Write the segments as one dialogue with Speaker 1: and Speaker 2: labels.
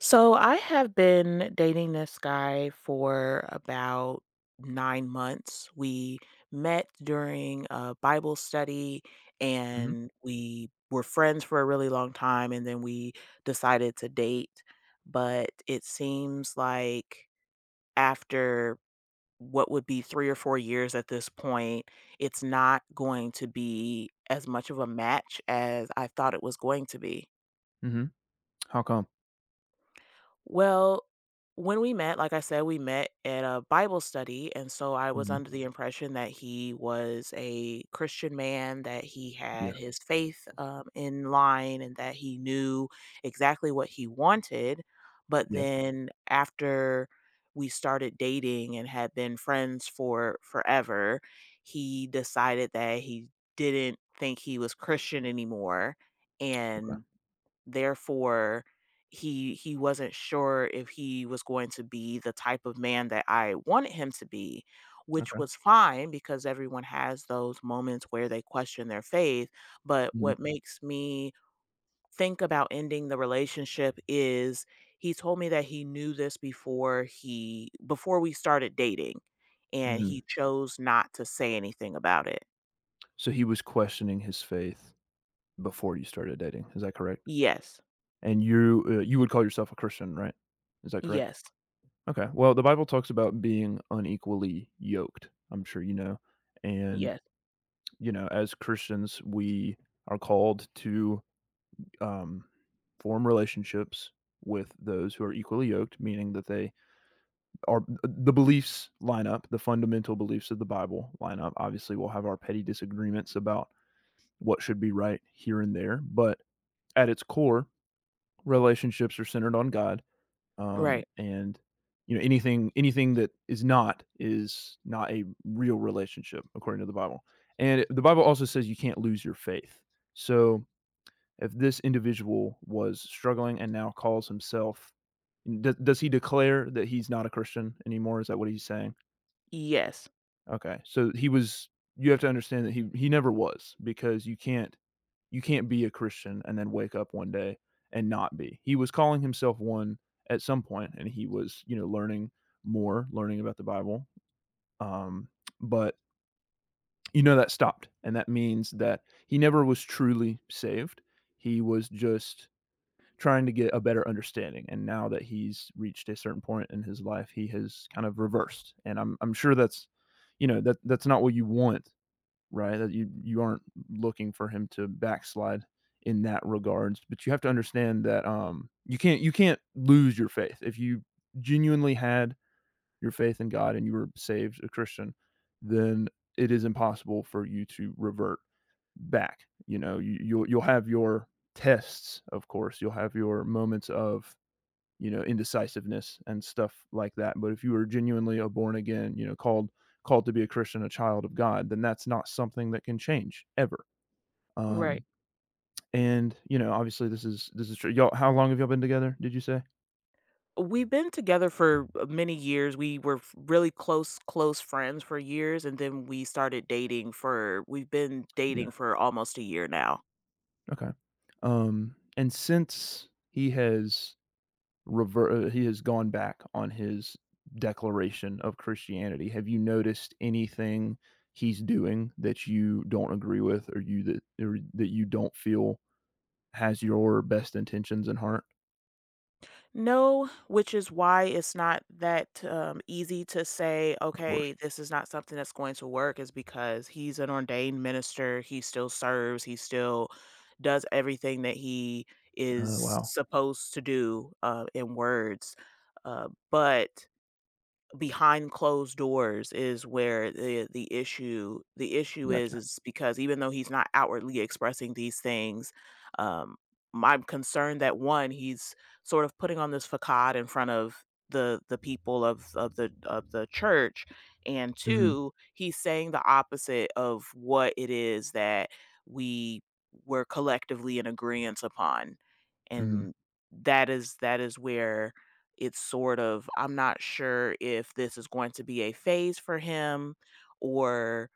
Speaker 1: So I have been dating this guy for about 9 months. We met during a Bible study
Speaker 2: Mhm,
Speaker 1: and we were friends for a really long time. And then we decided to date. But it seems like after what would be 3 or 4 years at this point, it's not going to be as much of a match as I thought it was going to be.
Speaker 2: mhm. How come?
Speaker 1: Well, when we met, like I said, we met at a Bible study. And so I was
Speaker 2: Mhm.
Speaker 1: under the impression that he was a Christian man, that he
Speaker 2: Yeah,
Speaker 1: had his faith in line, and that he knew exactly what he wanted. But
Speaker 2: yeah,
Speaker 1: then after we started dating and had been friends for forever, he decided that he didn't think he was Christian anymore.
Speaker 2: okay,
Speaker 1: And Therefore, he wasn't sure if he was going to be the type of man that I wanted him to be, which
Speaker 2: okay.
Speaker 1: was fine because everyone has those moments where they question their faith, but
Speaker 2: Mhm,
Speaker 1: what makes me think about ending the relationship is he told me that he knew this before we started dating and
Speaker 2: mhm.
Speaker 1: he chose not to say anything about it.
Speaker 2: So he was questioning his faith before you started dating, is that correct?
Speaker 1: Yes.
Speaker 2: And you, you would call yourself a Christian, right? Is that correct?
Speaker 1: Yes.
Speaker 2: Okay, well, the Bible talks about being unequally yoked, I'm sure you know, and,
Speaker 1: Yes.
Speaker 2: you know, as Christians, we are called to, um, form relationships with those who are equally yoked, meaning that they our the beliefs line up, the fundamental beliefs of the Bible line up. Obviously, we'll have our petty disagreements about what should be right here and there, but at its core, relationships are centered on God. Um,
Speaker 1: Right.
Speaker 2: and you know anything that is not a real relationship according to the Bible. And the Bible also says you can't lose your faith. So if this individual was struggling and now calls himself, does he declare that he's not a Christian anymore? Is that what he's saying?
Speaker 1: Yes.
Speaker 2: Okay. So he was, you have to understand that he never was, because you can't, you can't be a Christian and then wake up one day and not be. He was calling himself one at some point and he was, you know, learning more, learning about the Bible. Um but you know that stopped, and that means that he never was truly saved. He was just trying to get a better understanding, and now that he's reached a certain point in his life, he has kind of reversed. And I'm sure that's, you know, that that's not what you want, right? That you aren't looking for him to backslide in that regards, but you have to understand that you can't, you can't lose your faith. If you genuinely had your faith in God and you were saved, a Christian, then it is impossible for you to revert back. You know, you, you'll have your tests, of course. You'll have your moments of, you know, indecisiveness and stuff like that. But if you are genuinely a born again, you know, called to be a Christian, a child of God, then that's not something that can change ever.
Speaker 1: Right.
Speaker 2: Um, and you know, obviously, this is, this is true. Y'all, how long have y'all been together? Did you say?
Speaker 1: We've been together for many years. We were really close, close friends for years, and then we've been
Speaker 2: Yeah.
Speaker 1: dating for almost a year now.
Speaker 2: Okay. And since he has he has gone back on his declaration of Christianity, have you noticed anything he's doing that you don't agree with, or you that, or that you don't feel has your best intentions in heart,
Speaker 1: No, which is why it's not that easy to say,
Speaker 2: of course.
Speaker 1: okay, this is not something that's going to work, is because he's an ordained minister. He still serves, he still does everything that he
Speaker 2: Oh,
Speaker 1: is
Speaker 2: wow.
Speaker 1: supposed to do in words. But behind closed doors is where the issue
Speaker 2: Gotcha.
Speaker 1: is because even though he's not outwardly expressing these things, um, I'm concerned that one, he's sort of putting on this facade in front of the people of the church, and
Speaker 2: Mhm,
Speaker 1: two, he's saying the opposite of what it is that we were collectively in agreement upon,
Speaker 2: mhm.
Speaker 1: and that is where it's sort of I'm not sure if this is going to be a phase for him or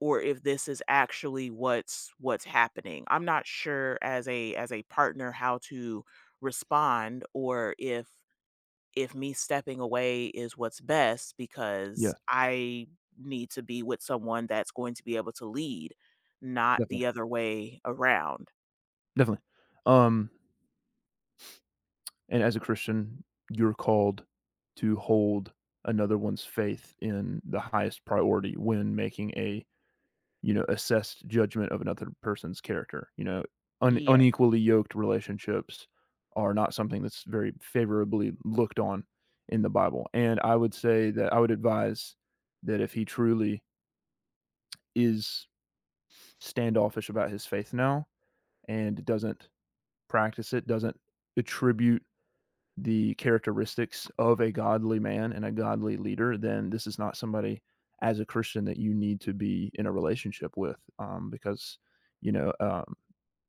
Speaker 1: if this is actually what's happening. I'm not sure as a partner how to respond or if me stepping away is what's best
Speaker 2: Yeah,
Speaker 1: because I need to be with someone that's going to be able to lead, not the
Speaker 2: definitely,
Speaker 1: other way around.
Speaker 2: definitely. Um, and as a Christian, you're called to hold another one's faith in the highest priority when making a, you know, assessed judgment of another person's character, you know? Un
Speaker 1: Yes.
Speaker 2: Unequally yoked relationships are not something that's very favorably looked on in the Bible, and I would say that I would advise that if he truly is standoffish about his faith now and doesn't practice it, doesn't attribute the characteristics of a godly man and a godly leader, then this is not somebody as a Christian that you need to be in a relationship with, because, you know,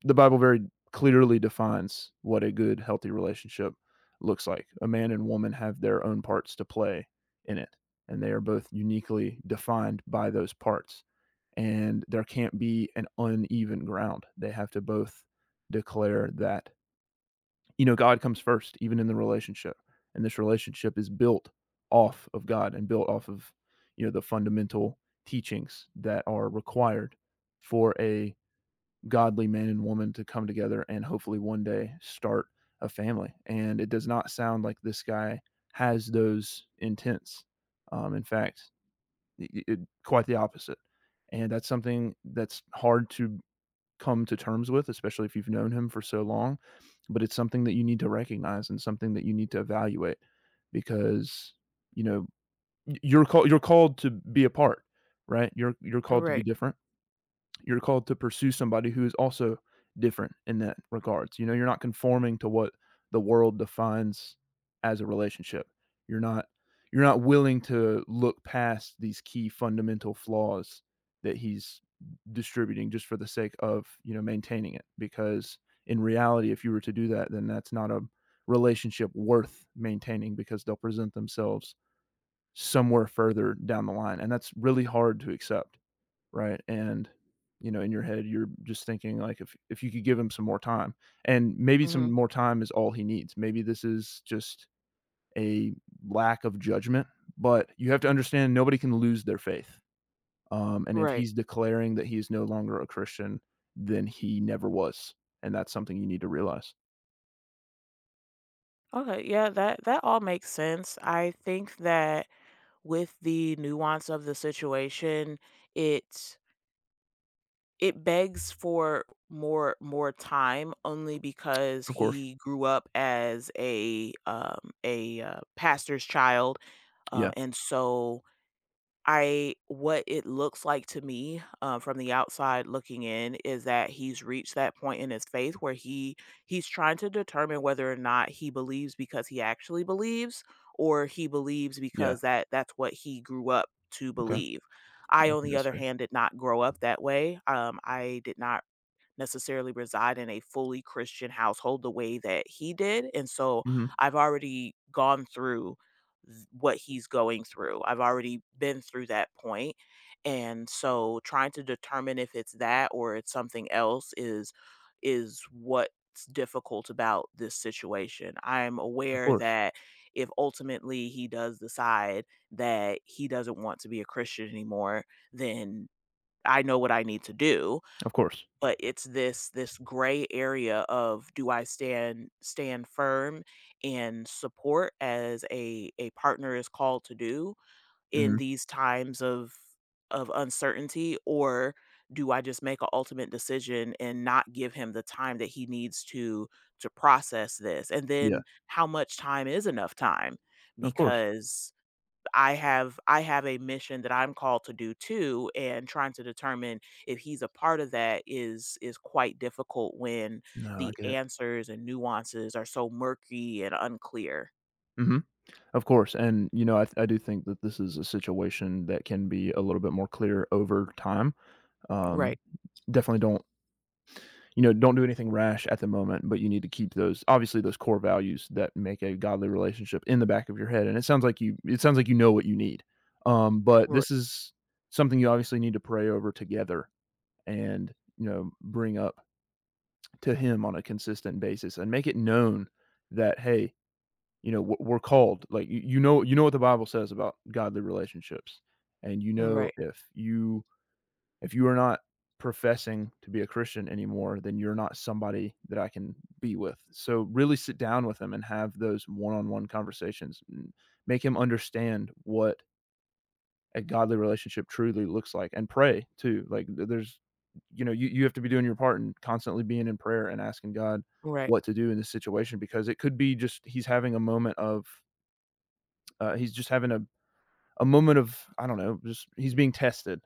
Speaker 2: the Bible very clearly defines what a good, healthy relationship looks like. A man and woman have their own parts to play in it, and they are both uniquely defined by those parts, and there can't be an uneven ground. They have to both declare that, you know, God comes first, even in the relationship. And this relationship is built off of God and built off of, you know, the fundamental teachings that are required for a godly man and woman to come together and hopefully one day start a family. And it does not sound like this guy has those intents. In fact, Y- y- quite the opposite, and that's something that's hard to come to terms with, especially if you've known him for so long, but it's something that you need to recognize and something that you need to evaluate, because, you know, you're called. You're called to be apart, right? You're called to be
Speaker 1: Right.
Speaker 2: different, you're called to pursue somebody who is also different in that regards. You know, you're not conforming to what the world defines as a relationship. You're not, you're not willing to look past these key fundamental flaws that he's distributing just for the sake of, you know, maintaining it, because in reality if you were to do that, then that's not a relationship worth maintaining because they'll present themselves somewhere further down the line, and that's really hard to accept, right? And, you know, in your head, you're just thinking like if you could give him some more time, and maybe some
Speaker 1: Mhm.
Speaker 2: more time is all he needs. Maybe this is just a lack of judgment, but you have to understand nobody can lose their faith. And if
Speaker 1: Right.
Speaker 2: he's declaring that he is no longer a Christian, then he never was, and that's something you need to realize.
Speaker 1: Okay, yeah, that all makes sense. I think that with the nuance of the situation, it it begs for more time only because
Speaker 2: Of course.
Speaker 1: he grew up as a pastor's child
Speaker 2: Yeah.
Speaker 1: and so I what it looks like to me, from the outside looking in is that he's reached that point in his faith where he he's trying to determine whether or not he believes because he actually believes or he believes
Speaker 2: Yeah.
Speaker 1: because that's what he grew up to
Speaker 2: Okay.
Speaker 1: believe. I,
Speaker 2: Yeah, I
Speaker 1: on
Speaker 2: think
Speaker 1: the
Speaker 2: that's
Speaker 1: other
Speaker 2: fair.
Speaker 1: hand, did not grow up that way. I did not necessarily reside in a fully Christian household the way that he did, and so
Speaker 2: Mhm.
Speaker 1: I've already gone through what he's going through. I've already been through that point, and so trying to determine if it's that or it's something else is what's difficult about this situation. I'm
Speaker 2: Of
Speaker 1: aware
Speaker 2: course.
Speaker 1: that if ultimately he does decide that he doesn't want to be a Christian anymore, then I know what I need to do
Speaker 2: Of course.
Speaker 1: but it's this gray area of do I stand firm in support as a partner is called to do in
Speaker 2: Mhm.
Speaker 1: these times of uncertainty or do I just make an ultimate decision and not give him the time that he needs to process this? And
Speaker 2: Yeah.
Speaker 1: then how much time is enough time?
Speaker 2: Of course.
Speaker 1: Because I have a mission that I'm called to do too, and trying to determine if he's a part of that is quite difficult when
Speaker 2: No, I
Speaker 1: the
Speaker 2: get it.
Speaker 1: answers and nuances are so murky and unclear.
Speaker 2: Mhm. Of course, and, you know, I do think that this is a situation that can be a little bit more clear over time. Um,
Speaker 1: Right.
Speaker 2: definitely don't, you know, don't do anything rash at the moment, but you need to keep those, obviously, those core values that make a godly relationship in the back of your head, and it sounds like you, it sounds like you know what you need. But
Speaker 1: Right.
Speaker 2: this is something you obviously need to pray over together and, you know, bring up to him on a consistent basis and make it known that, "Hey, you know, we're called, like, you you know what the Bible says about godly relationships, and you know
Speaker 1: Right.
Speaker 2: if you are not professing to be a Christian anymore, then you're not somebody that I can be with." So really sit down with him and have those one-on-one conversations, and make him understand what a godly relationship truly looks like, and pray too, like, th there's, you know, you have to be doing your part and constantly being in prayer and asking God
Speaker 1: Right.
Speaker 2: what to do in this situation, because it could be just he's having a moment of, he's just having a moment of, I don't know, just he's being tested,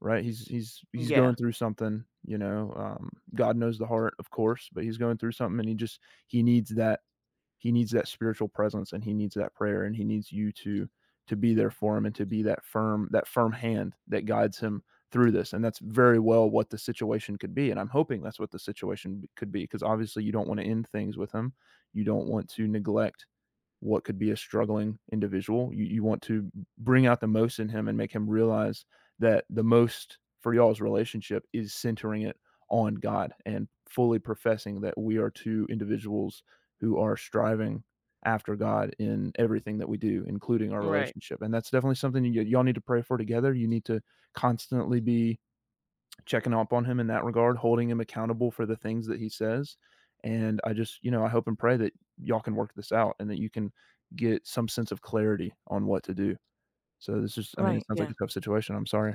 Speaker 2: right? He's he's
Speaker 1: Yeah.
Speaker 2: going through something, you know. God knows the heart, of course, but he's going through something, and he just he needs that, he needs that spiritual presence, and he needs that prayer, and he needs you to be there for him and to be that firm, that firm hand that guides him through this, and that's very well what the situation could be, and I'm hoping that's what the situation could be, because obviously you don't want to end things with him, you don't want to neglect what could be a struggling individual. You want to bring out the most in him and make him realize that the most for y'all's relationship is centering it on God and fully professing that we are two individuals who are striving after God in everything that we do, including our
Speaker 1: Right.
Speaker 2: relationship. And that's definitely something you, y'all need to pray for together. You need to constantly be checking up on him in that regard, holding him accountable for the things that he says. And I just, you know, I hope and pray that y'all can work this out and that you can get some sense of clarity on what to do. So this is, I mean, it
Speaker 1: Right.
Speaker 2: sounds like a
Speaker 1: Yeah.
Speaker 2: tough situation. I'm sorry.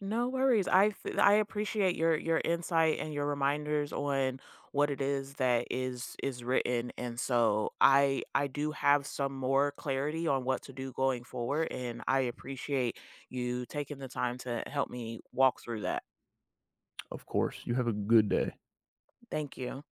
Speaker 1: No worries. I appreciate your insight and your reminders on what it is that is written, and so I do have some more clarity on what to do going forward, and I appreciate you taking the time to help me walk through that.
Speaker 2: Of course. You have a good day.
Speaker 1: Thank you.